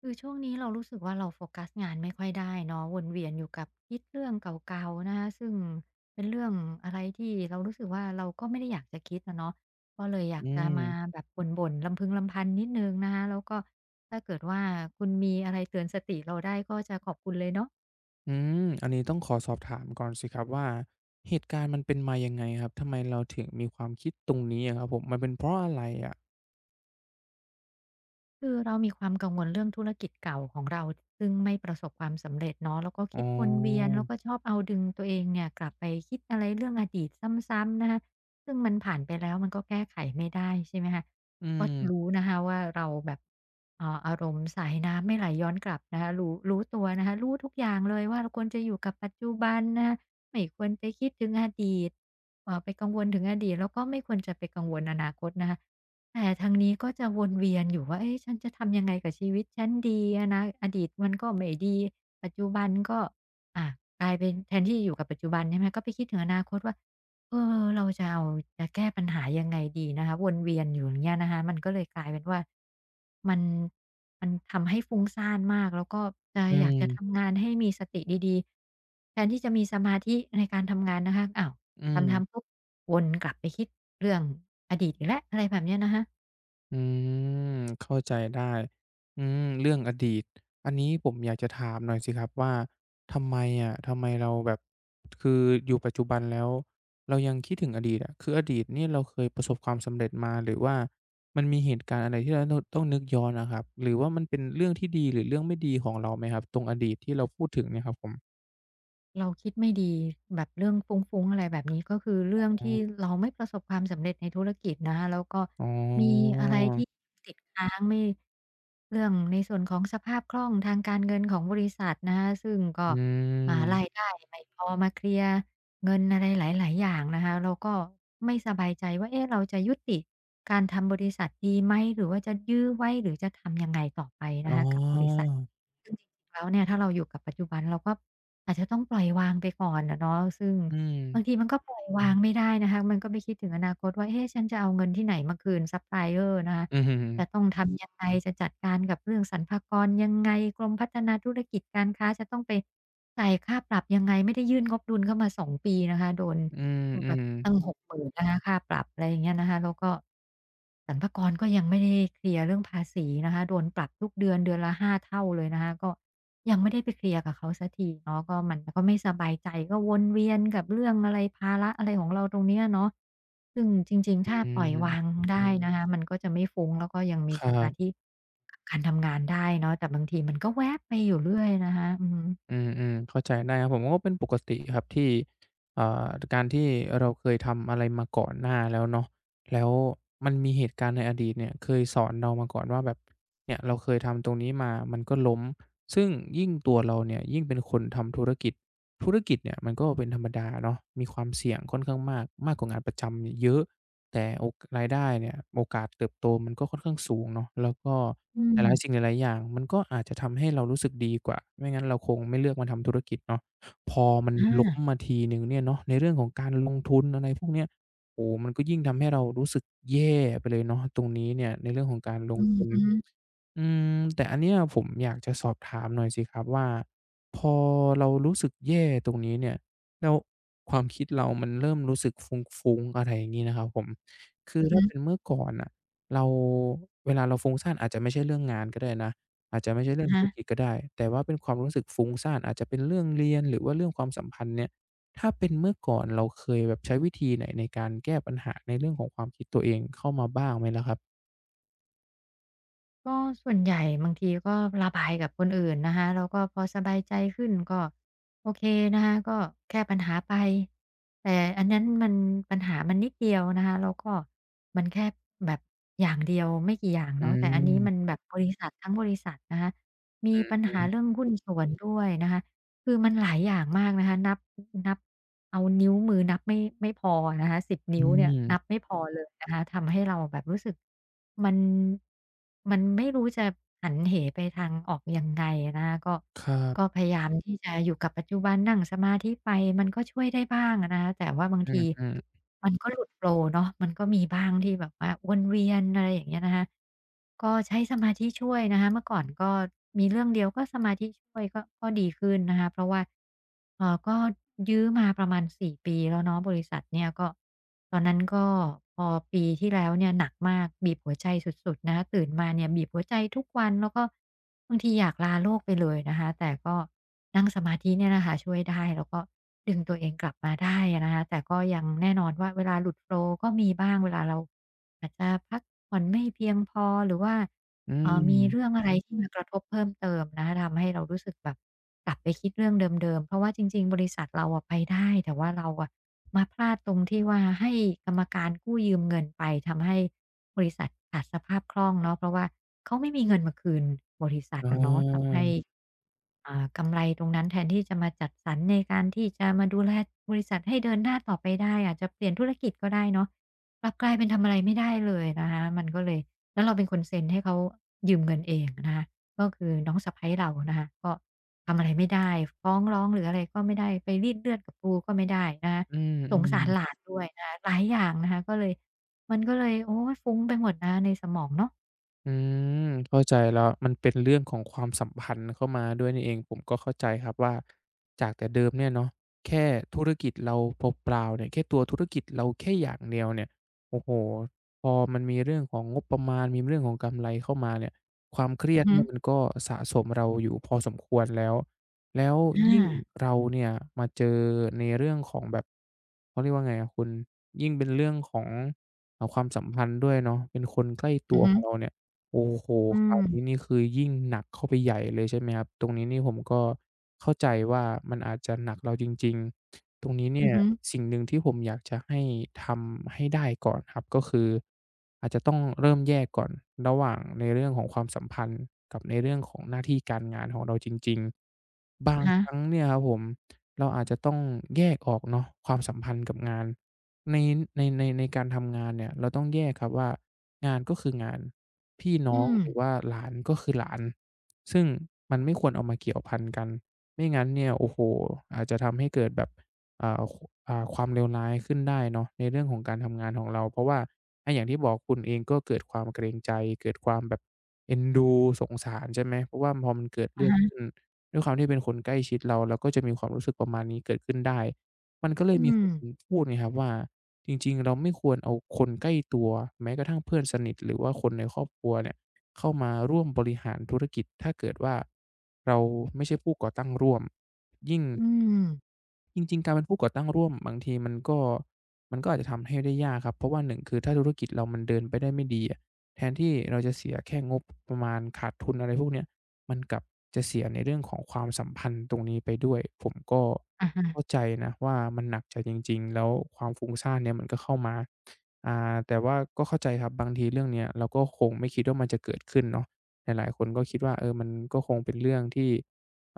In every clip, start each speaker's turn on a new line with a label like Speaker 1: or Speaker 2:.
Speaker 1: คือช่วงนี้เรารู้สึกว่าเราโฟกัสงานไม่ค่อยได้เนาะวนเวียนอยู่กับคิดเรื่องเก่าๆนะคะซึ่งเป็นเรื่องอะไรที่เรารู้สึกว่าเราก็ไม่ได้อยากจะคิดนะเนาะก็เลยอยาก
Speaker 2: อื
Speaker 1: จะ
Speaker 2: ม
Speaker 1: มาแบบบ่นๆลำพึงลำพันนิดนึงนะคะแล้วก็ถ้าเกิดว่าคุณมีอะไรเตือนสติเราได้ก็จะขอบคุณเลยเนาะ
Speaker 2: อืมอันนี้ต้องขอสอบถามก่อนสิครับว่าเหตุการณ์มันเป็นมายังไงครับทำไมเราถึงมีความคิดตรงนี้อะครับผมมันเป็นเพราะอะไรอะ
Speaker 1: คือเรามีความกังวลเรื่องธุรกิจเก่าของเราซึ่งไม่ประสบความสำเร็จเนาะแล้วก็
Speaker 2: อ๋อ
Speaker 1: คิดวนเวียน แล้วก็ชอบเอาดึงตัวเองเนี่ยกลับไปคิดอะไรเรื่องอดีตซ้ำๆนะคะซึ่งมันผ่านไปแล้วมันก็แก้ไขไม่ได้ใช่ไหมคะ
Speaker 2: อื
Speaker 1: ก็
Speaker 2: ม
Speaker 1: รู้นะคะว่าเราแบบอารมณ์สายน้ำไม่ไหลย้อนกลับนะคะรู้ตัวนะคะรู้ทุกอย่างเลยว่าเราควรจะอยู่กับปัจจุบันนะคะไม่ควรไปคิดถึงอดีตไปกังวลถึงอดีตแล้วก็ไม่ควรจะไปกังวลอนาคตนะคะ แต่ทางนี้ก็จะวนเวียนอยู่ว่าเอ๊ะฉันจะทำยังไงกับชีวิตฉันดีอดีตมันก็ไม่ดีปัจจุบันก็อ่ากลายเป็นแทนที่จะอยู่กับปัจจุบันใช่ไหมก็ไปคิดถึงอนาคตว่าเออเราจะเอาจะแก้ปัญหายังไงดีนะคะวนเวียนอยู่อย่างเงี้ยนะคะมันก็เลยกลายเป็นว่ามันมันทำให้ฟุ้งซ่านมากแล้วก็จะ
Speaker 2: อื
Speaker 1: อยากจะ
Speaker 2: ม
Speaker 1: ทำงานให้มีสติดีๆแทนที่จะมีสมาธิในการทำงานนะคะอ้าว
Speaker 2: อืม
Speaker 1: ทำๆปุ๊บวนกลับไปคิดเรื่องอดีตอีกแล้วอะไรแบบเนี้ยนะคะ
Speaker 2: อืมเข้าใจได้อืมเรื่องอดีตอันนี้ผมอยากจะถามหน่อยสิครับว่าทำไมทำไมเราแบบคืออยู่ปัจจุบันแล้วเรายังคิดถึงอดีตอะคืออดีตเนี่ยเราเคยประสบความสำเร็จมาหรือว่ามันมีเหตุการณ์อะไรที่เราโน่ต้องนึกย้อนอะครับหรือว่ามันเป็นเรื่องที่ดีหรือเรื่องไม่ดีของเราไหมครับตรงอดีตที่เราพูดถึงเนี่ยครับผม
Speaker 1: เราคิดไม่ดีแบบเรื่องฟุ้งๆอะไรแบบนี้ก็คือเรื่อง
Speaker 2: อ๋
Speaker 1: ที่
Speaker 2: อ
Speaker 1: เราไม่ประสบความสำเร็จในธุรกิจนะคะแล้วก็
Speaker 2: อ๋อ
Speaker 1: มีอะไรที่ติดค้างไม่เรื่องในส่วนของสภาพคล่องทางการเงินของบริษัทนะคะซึ่งก็
Speaker 2: อื
Speaker 1: ราย
Speaker 2: ม
Speaker 1: ได้ไม่พอมาเคลียร์เงินอะไรหลายๆอย่างนะคะเราก็ไม่สบายใจว่าเอ๊ะเราจะยุติการทำบริษัทดีไหมหรือว่าจะยื้อไว้หรือจะทำยังไงต่อไป
Speaker 2: อ๋
Speaker 1: นะคะกับบริษั
Speaker 2: อ
Speaker 1: ท ซึ่งจริงๆแล้วเนี่ยถ้าเราอยู่กับปัจจุบันเราก็อาจจะต้องปล่อยวางไปก่อนอะเนาะซึ่ง
Speaker 2: อืม
Speaker 1: บางทีมันก็ปล่อยวางไม่ได้นะคะมันก็ไปคิดถึงอนาคตว่าเอ๊ะฉันจะเอาเงินที่ไหนมาคืนซัปพลายเออร์นะคะ
Speaker 2: อือฮึ
Speaker 1: จะต้องทำยังไงจะจัดการกับเรื่องสรรพากรยังไงกรมพัฒนาธุรกิจการค้าจะต้องไปจ่ายค่าปรับยังไงไม่ได้ยื่นงบดุลเข้ามาสองปีนะคะโดน
Speaker 2: อื
Speaker 1: แบ
Speaker 2: ม
Speaker 1: บ
Speaker 2: ๆ
Speaker 1: ตั้งหกหมื่นนะคะค่าปรับอะไรอย่างเงี้ยนะคะแล้วก็สรรพากรก็ยังไม่ได้เคลียร์เรื่องภาษีนะคะโดนปรับทุกเดือนเดือนละ5เท่าเลยนะคะก็ยังไม่ได้ไปเคลียร์กับเขาสักทีเนาะก็มันก็ไม่สบายใจก็วนเวียนกับเรื่องอะไรภาระอะไรของเราตรงเนี้ยเนาะซึ่งจริง
Speaker 2: อ
Speaker 1: ๆถ้า
Speaker 2: ื
Speaker 1: ปล่อยวาง
Speaker 2: ม
Speaker 1: ได้นะคะมันก็จะไม่ฟุ้งแล้วก็ยัง
Speaker 2: ค
Speaker 1: มีส
Speaker 2: รั
Speaker 1: มา
Speaker 2: บ
Speaker 1: ธิก็แวบไปอยู่เรื่อยนะคะอือฮึ
Speaker 2: อืมๆเข้าใจได้ครับผมก็เป็นปกติครับที่อ่าการที่เราเคยทำอะไรมาก่อนหน้าแล้วเนาะแล้วมันมีเหตุการณ์ในอดีตเนี่ยเคยสอนเรามาก่อนว่าแบบเนี่ยเราเคยทำตรงนี้มามันก็ล้มซึ่งยิ่งตัวเราเนี่ยยิ่งเป็นคนทำธุรกิจธุรกิจเนี่ยมันก็เป็นธรรมดาเนาะมีความเสี่ยงค่อนข้างมากมากกว่างานประจำเนี่ยเยอะ แต่โอกรายได้เนี่ยโอกาสเติบโตมันก็ค่อนข้างสูงเนาะแล้วก็
Speaker 1: อื
Speaker 2: ห
Speaker 1: ม
Speaker 2: ลายๆสิ่งหลายๆอย่างมันก็อาจจะทำให้เรารู้สึกดีกว่าไม่งั้นเราคงไม่เลือกมาทำธุรกิจเนาะพอมันล้ม
Speaker 1: อา
Speaker 2: มาทีหนึ่งเนี่ยเนาะในเรื่องของการลงทุนอะไรพวกเนี้ยโอ้โฮมันก็ยิ่งทำให้เรารู้สึกแย่ไปเลยเนาะตรงนี้เนี่ยในเรื่องของการลง
Speaker 1: อือ
Speaker 2: ทุน
Speaker 1: ฮึ
Speaker 2: อืมแต่อันเนี้ยผมอยากจะสอบถามหน่อยสิครับว่าพอเรารู้สึกแย่ตรงนี้เนี่ยแล้วความคิดเรามันเริ่มรู้สึกฟุ้งๆอะไรอย่างงี้นะครับผมคื
Speaker 1: อ
Speaker 2: อ
Speaker 1: อ
Speaker 2: ถ้า
Speaker 1: ฮึ
Speaker 2: เป็นเมื่อก่อนน่ะเราเวลาเราฟุ้งซ่านอาจจะไม่ใช่เรื่องงานก็ได้นะอาจจะไม่ใช่เรื่อ
Speaker 1: อะ
Speaker 2: งธุ
Speaker 1: ฮะ
Speaker 2: รกิจก็ได้แต่ว่าเป็นความรู้สึกฟุ้งซ่านอาจจะเป็นเรื่องเรียนหรือว่าเรื่องความสัมพันธ์เนี่ยถ้าเป็นเมื่อก่อนเราเคยแบบใช้วิธีไหนในการแก้ปัญหาในเรื่องของความคิดตัวเองเข้ามาบ้างไหมล่ะครับ
Speaker 1: ก็ส่วนใหญ่บางทีก็ระบายกับคนอื่นนะคะแล้วก็พอสบายใจขึ้นก็โอเคนะคะก็แก้ปัญหาไปแต่อันนั้นมันปัญหามันนิดเดียวนะคะแล้วก็มันแค่แบบอย่างเดียวไม่กี่อย่าง
Speaker 2: อื
Speaker 1: เนาะแต่อันนี้มัน
Speaker 2: ม
Speaker 1: แบบบริษัททั้งบริษัทนะคะมีปัญ
Speaker 2: อื
Speaker 1: หาเรื่
Speaker 2: อ
Speaker 1: องหุ้นส่วนด้วยนะคะ คือมันหลายอย่างมากนะคะนับเอานิ้วมือนับไม่พอนะคะ10
Speaker 2: อื
Speaker 1: นิ้วเนี่ยนับ
Speaker 2: ม
Speaker 1: ไม่พอเลยนะคะทำให้เราแบบรู้สึกมันมันไม่รู้จะหันเหไปทางออกยังไงนะคะก็
Speaker 2: ครั
Speaker 1: ก็
Speaker 2: บ
Speaker 1: พยายามที่จะอยู่กับปัจจุบันนั่งสมาธิไปมันก็ช่วยได้บ้างอะนะคะแต่ว่าบาง
Speaker 2: อื
Speaker 1: ที
Speaker 2: มๆ
Speaker 1: มันก็หลุดโฟลว์เนาะมันก็มีบ้างที่แบบว่าวนเวียนอะไรอย่างเงี้ยนะคะ ก็ใช้สมาธิช่วยนะคะเมื่อก่อนก็มีเรื่องเดียวก็สมาธิช่วยก็ดีขึ้นนะคะเพราะว่าเออก็ยื้อมาประมาณ4ปีแล้วเนาะบริษัทเนี่ยก็ตอนนั้นก็พอปีที่แล้วเนี่ยหนักมากบีบหัวใจสุดๆนะคะตื่นมาเนี่ยบีบหัวใจทุกวันแล้วก็บางทีอยากลาโลกไปเลยนะคะแต่ก็นั่งสมาธิเนี่ยนะคะช่วยได้แล้วก็ดึงตัวเองกลับมาได้นะคะแต่ก็ยังแน่นอนว่าเวลาหลุดโฟลว์ก็มีบ้างเวลาเรา อาจจะพักผ่อนไม่เพียงพอหรือว่า
Speaker 2: อื
Speaker 1: มีเรื่อง
Speaker 2: ม
Speaker 1: อะไรที่มากระทบเพิ่มเติมนะคะทำให้เรารู้สึกแบบกลับไปคิดเรื่องเดิมๆเพราะว่าจริงๆบริษัทเราอะไปได้แต่ว่าเราอะมาพลาดตรงที่ว่าให้กรรมการกู้ยืมเงินไปทำให้บริษัทขาดสภาพคล่องเนาะเพราะว่าเขาไม่มีเงินมาคืนบริษัท
Speaker 2: อ๋
Speaker 1: อะเนาะทำ
Speaker 2: อ
Speaker 1: ให้กำไรตรงนั้นแทนที่จะมาจัดสรรในการที่จะมาดูแลบริษัทให้เดินหน้าต่อไปได้อาจจะเปลี่ยนธุรกิจก็ได้เนาะ กลับกลายเป็นทำอะไรไม่ได้เลยนะคะมันก็เลยแล้วเราเป็นคนเซ็นให้เขายืมเงินเองนะคะก็คือน้องสะใภ้เรานะคะก็ทำอะไรไม่ได้ฟ้องร้องหรืออะไรก็ไม่ได้ไปรีดเลือดกับครูก็ไม่ได้นะคะ
Speaker 2: อื
Speaker 1: สงสา
Speaker 2: ม
Speaker 1: รห
Speaker 2: ๆ
Speaker 1: ลานด้วยนะคะหลายอย่างนะคะก็เลยมันก็เลยโอ้ยฟุ้งไปหมดนะคะในสมองเนาะ
Speaker 2: อืมเข้าใจแล้วมันเป็นเรื่องของความสัมพันธ์เข้ามาด้วยนี่เองผมก็เข้าใจครับว่าจากแต่เดิมเนี่ยเนาะแค่ธุรกิจเราเปล่าๆเนี่ยแค่ตัวธุรกิจเราแค่อย่างเดียวเนี่ยโอ้โฮพอมันมีเรื่องของงบประมาณมีเรื่องของกำไรเข้ามาเนี่ยความเครีย
Speaker 1: อื
Speaker 2: ด
Speaker 1: อฮึ
Speaker 2: เนี่ยมันก็สะสมเราอยู่พอสมควรแล้วแล้วยิ่ง
Speaker 1: อา
Speaker 2: เราเนี่ยมาเจอในเรื่องของแบบเขาเรียกว่าไงอะคุณยิ่งเป็นเรื่องของความสัมพันธ์ด้วยเนาะเป็นคนใกล้
Speaker 1: อื
Speaker 2: ตั
Speaker 1: อ
Speaker 2: ว
Speaker 1: ฮึ
Speaker 2: ของเราเนี่ย โอ้โฮ
Speaker 1: อื
Speaker 2: ครา
Speaker 1: ม
Speaker 2: วนี้นี่คือยิ่งหนักเข้าไปใหญ่เลยใช่ไหมครับ ตรงนี้นี่ผมก็เข้าใจว่ามันอาจจะหนักเราจริงๆ ตรงนี้
Speaker 1: อื
Speaker 2: เนี่
Speaker 1: อ
Speaker 2: ย
Speaker 1: ฮึ
Speaker 2: สิ่งหนึ่งที่ผมอยากจะให้ทำให้ได้ก่อนครับก็คืออาจจะต้องเริ่มแยกก่อนระหว่างในเรื่องของความสัมพันธ์กับในเรื่องของหน้าที่การงานของเราจริงๆบาง
Speaker 1: อะฮะ
Speaker 2: ครั้งเนี่ยครับผมเราอาจจะต้องแยกออกเนาะความสัมพันธ์กับงานในในการทำงานเนี่ยเราต้องแยกครับว่างานก็คืองาน พี่น้อ
Speaker 1: อื
Speaker 2: ง
Speaker 1: ม
Speaker 2: หรือว่าหลานก็คือหลานซึ่งมันไม่ควรเอามาเกี่ยวพันกันไม่งั้นเนี่ยโอ้โฮอาจจะทำให้เกิดแบบอ่าคความเลวร้ายขึ้นได้เนาะในเรื่องของการทำงานของเราเพราะว่าอย่างที่บอกคุณเองก็เกิดความเกรงใจเกิดความแบบเอ็นดูสงสารใช่ไหมเพราะว่าพอมันเกิด
Speaker 1: อะ
Speaker 2: เรื่อง
Speaker 1: ฮะ
Speaker 2: ขึ้นด้วยความที่เป็นคนใกล้ชิดเราเราก็จะมีความรู้สึกประมาณนี้เกิดขึ้นได้ มันก็เลย
Speaker 1: อื
Speaker 2: มมีค
Speaker 1: ม
Speaker 2: นพูดไงครับว่าจริงๆเราไม่ควรเอาคนใกล้ตัวแม้กระทั่งเพื่อนสนิทหรือว่าคนในครอบครัวเนี่ยเข้ามาร่วมบริหารธุรกิจถ้าเกิดว่าเราไม่ใช่ผู้ก่อตั้งร่วมยิ่ง
Speaker 1: อืม
Speaker 2: จริงๆการเป็นผู้ก่อตั้งร่วมบางทีมันก็อาจจะทำให้ได้ยากครับเพราะว่าหนึ่งคือถ้าธุรกิจเรามันเดินไปได้ไม่ดีอะแทนที่เราจะเสียแค่งบประมาณขาดทุนอะไรพวกเนี้ยมันกลับจะเสียในเรื่องของความสัมพันธ์ตรงนี้ไปด้วยผมก็
Speaker 1: อะฮะ
Speaker 2: เข้าใจนะว่ามันหนักใจจริงๆแล้วความฟุ้งซ่านเนี่ยมันก็เข้ามาแต่ว่าก็เข้าใจครับบางทีเรื่องเนี้ยเราก็คงไม่คิดว่ามันจะเกิดขึ้นเนาะหลายๆคนก็คิดว่าเออมันก็คงเป็นเรื่องที่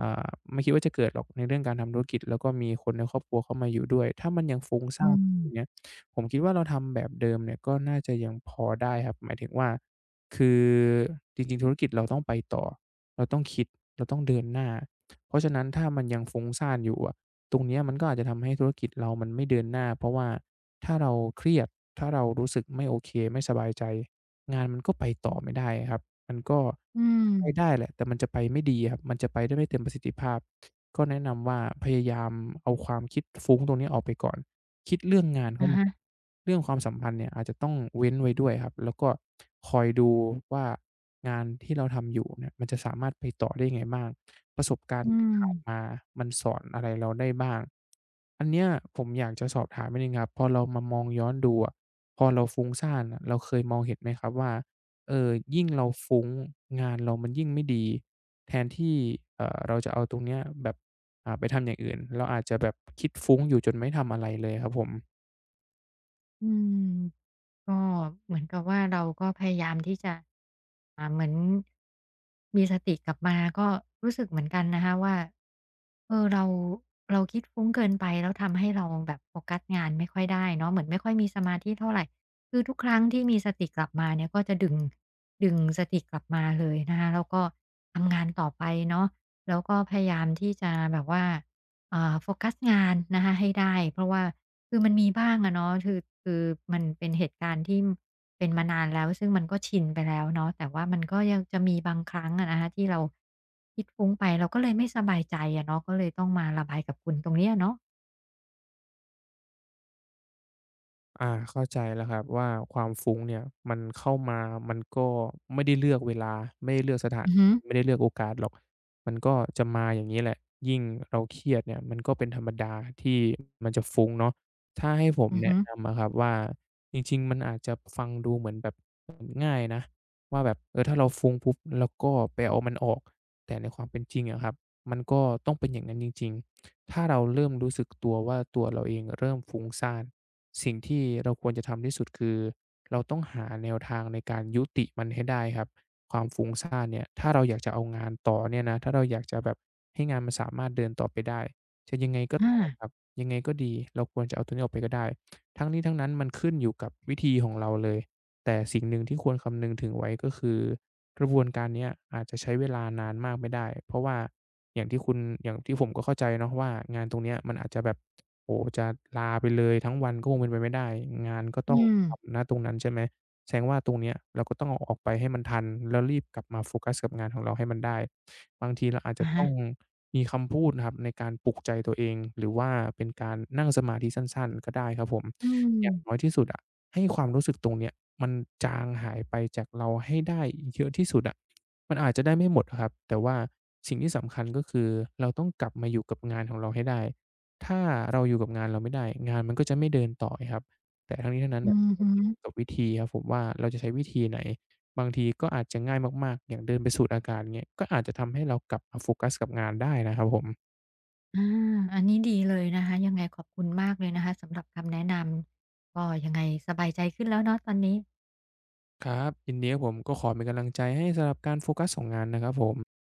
Speaker 2: อ่าไม่คิดว่าจะเกิดหรอกในเรื่องการทำธุรกิจแล้วก็มีคนในครอบครัวเข้ามาอยู่ด้วยถ้ามันยังฟุ้ง
Speaker 1: อื
Speaker 2: ซ่านอย่างเงี้ย
Speaker 1: ม
Speaker 2: ผมคิดว่าเราทำแบบเดิมเนี่ยก็น่าจะยังพอได้ครับหมายถึงว่าคือจริงๆธุรกิจเราต้องไปต่อเราต้องคิดเราต้องเดินหน้าเพราะฉะนั้นถ้ามันยังฟุ้งซ่านอยู่อะตรงเนี้ยมันก็อาจจะทำให้ธุรกิจเรามันไม่เดินหน้าเพราะว่าถ้าเราเครียดถ้าเรารู้สึกไม่โอเคไม่สบายใจ งานมันก็ไปต่อไม่ได้ครับ มันก็
Speaker 1: อื
Speaker 2: มันจะไป
Speaker 1: ม
Speaker 2: ได้แหละ แต่มันจะไปไม่ดีครับ มันจะไปได้ไม่เต็มประสิทธิภาพ ก็แนะนำว่าพยายามเอาความคิดฟุ้งตรงนี้ออกไปก่อน คิดเรื่องงานเข้า
Speaker 1: อะ
Speaker 2: มา
Speaker 1: ฮะ
Speaker 2: ก่อนเรื่องความสัมพันธ์เนี่ยอาจจะต้องเว้นไว้ด้วยครับแล้วก็คอยดูว่างานที่เราทำอยู่เนี่ยมันจะสามารถไปต่อได้ยังไงบ้างประสบการ
Speaker 1: อื
Speaker 2: ณ์ที่
Speaker 1: ม
Speaker 2: ผ่านมามันสอนอะไรเราได้บ้างอันเนี้ยผมอยากจะสอบถามนิดหนึ่งครับพอเรามามองย้อนดูอะพอเราฟุ้งซ่านน่ะเราเคยมองเห็นไหมครับว่า เออยิ่งเราฟุ้งงานเรามันยิ่งไม่ดีแทนที่เราจะเอาตรงเนี้ยแบบไปทำอย่างอื่น เราอาจจะแบบคิดฟุ้งอยู่จนไม่ทำอะไรเลยครับผม
Speaker 1: อืม ก็เหมือนกับว่าเราก็พยายามที่จะเหมือนมีสติกลับมาก็รู้สึกเหมือนกันนะคะว่าเออเราคิดฟุ้งเกินไปแล้วทำให้เราแบบโฟกัสงานไม่ค่อยได้เนาะเหมือนไม่ค่อยมีสมาธิเท่าไรคือทุกครั้งที่มีสติกลับมาเนี่ยก็จะดึงสติกลับมาเลยนะคะแล้วก็ทำงานต่อไปเนาะแล้วก็พยายามที่จะแบบว่าโฟกัสงานนะคะให้ได้เพราะว่า คือมันมีบ้างอะเนาะคือมันเป็นเหตุการณ์ที่เป็นมานานแล้วซึ่งมันก็ชินไปแล้วเนาะแต่ว่ามันก็ยังจะมีบางครั้งอะนะคะที่เราคิดฟุ้งไปเราก็เลยไม่สบายใจอะเนาะก็เลยต้องมาระบายกับคุณตรงเนี้อเนาะ
Speaker 2: อาเข้าใจแล้วครับว่าความฟุ้งเนี่ยมันเข้ามามันก็ไม่ได้เลือกเวลาไม่ได้เลือกสถาน
Speaker 1: อือ
Speaker 2: ที
Speaker 1: ฮึ
Speaker 2: ่ไม่ได้เลือกโอกาสหรอกมันก็จะมาอย่างงี้แหละยิ่งเราเครียดเนี่ยมันก็เป็นธรรมดาที่มันจะฟุ้งเนาะถ้าให้ผม
Speaker 1: อือ
Speaker 2: แนะ
Speaker 1: ฮึ
Speaker 2: นำอะครับว่าจริงๆมันอาจจะฟังดูเหมือนแบบง่ายนะว่าแบบเออถ้าเราฟุ้งปุ๊บแล้วก็ไปเอามันออกแต่ในความเป็นจริงอะครับมันก็ต้องเป็นอย่างนั้นจริงๆ ถ้าเราเริ่มรู้สึกตัวว่าตัวเราเองเริ่มฟุ้งซ่านสิ่งที่เราควรจะทำที่สุดคือเราต้องหาแนวทางในการยุติมันให้ได้ครับความฟุ้งซ่านเนี่ยถ้าเราอยากจะเอางานต่อเนี่ยนะถ้าเราอยากจะแบบให้งานมันสามารถเดินต่อไปได้จะยังไงก็
Speaker 1: อา
Speaker 2: ตามครับยังไงก็ดีเราควรจะเอาตัวนี้ออกไปก็ได้ทั้งนี้ทั้งนั้นมันขึ้นอยู่กับวิธีของเราเลย แต่สิ่งหนึ่งที่ควรคำนึงถึงไว้ก็คือกระบวนการเนี้ยอาจจะใช้เวลานานมากไม่ได้เพราะว่าอย่างที่คุณอย่างที่ผมก็เข้าใจเนาะว่างานตรงเนี้ยมันอาจจะแบบโอ้โฮจะลาไปเลยทั้งวันก็คงเป็นไปไม่ได้งานก็
Speaker 1: อื
Speaker 2: ต้อง
Speaker 1: ม
Speaker 2: ทำณตรงนั้นใช่ไหมแสดงว่าตรงเนี้ยเราก็ต้องเอาออกไปให้มันทันแล้วรีบกลับมาโฟกัสกับงานของเราให้มันได้บางทีเราอาจจะ
Speaker 1: อะ
Speaker 2: ต้อ
Speaker 1: ฮะ
Speaker 2: งมีคำพูดนะครับในการปลุกใจตัวเองหรือว่าเป็นการนั่งสมาธิสั้นๆก็ได้ครับผม
Speaker 1: อื
Speaker 2: อย่างน้อย
Speaker 1: ม
Speaker 2: ที่สุดอะให้ความรู้สึกตรงเนี้ย มันจางหายไปจากเราให้ได้เยอะที่สุดอะมันอาจจะได้ไม่หมดครับ แต่ว่าสิ่งที่สำคัญก็คือเราต้องกลับมาอยู่กับงานของเราให้ได้ ถ้าเราอยู่กับงานเราไม่ได้ งานมันก็จะไม่เดินต่อไงครับแต่ทั้งนี้ทั้งนั้น
Speaker 1: อื
Speaker 2: น่ะ
Speaker 1: อ
Speaker 2: ก็
Speaker 1: ฮึ
Speaker 2: ขึ้นอยู่กับวิธีครับผมว่าเราจะใช้วิธีไหนบางทีก็อาจจะง่ายมากๆอย่างเดินไปสูดอากาศเงี้ยก็อาจจะทำให้เรากลับมาโฟกัสกับงานได้นะครับผม
Speaker 1: อาอันนี้ดีเลยนะคะยังไงขอบคุณมากเลยนะคะสำหรับคำแนะนำก็ยังไงสบายใจขึ้นแล้วเนาะตอนนี้
Speaker 2: ครับยินดีครับผมก็ขอเป็นกำลังใจให้สำหรับการโฟกัสของงานนะครับผม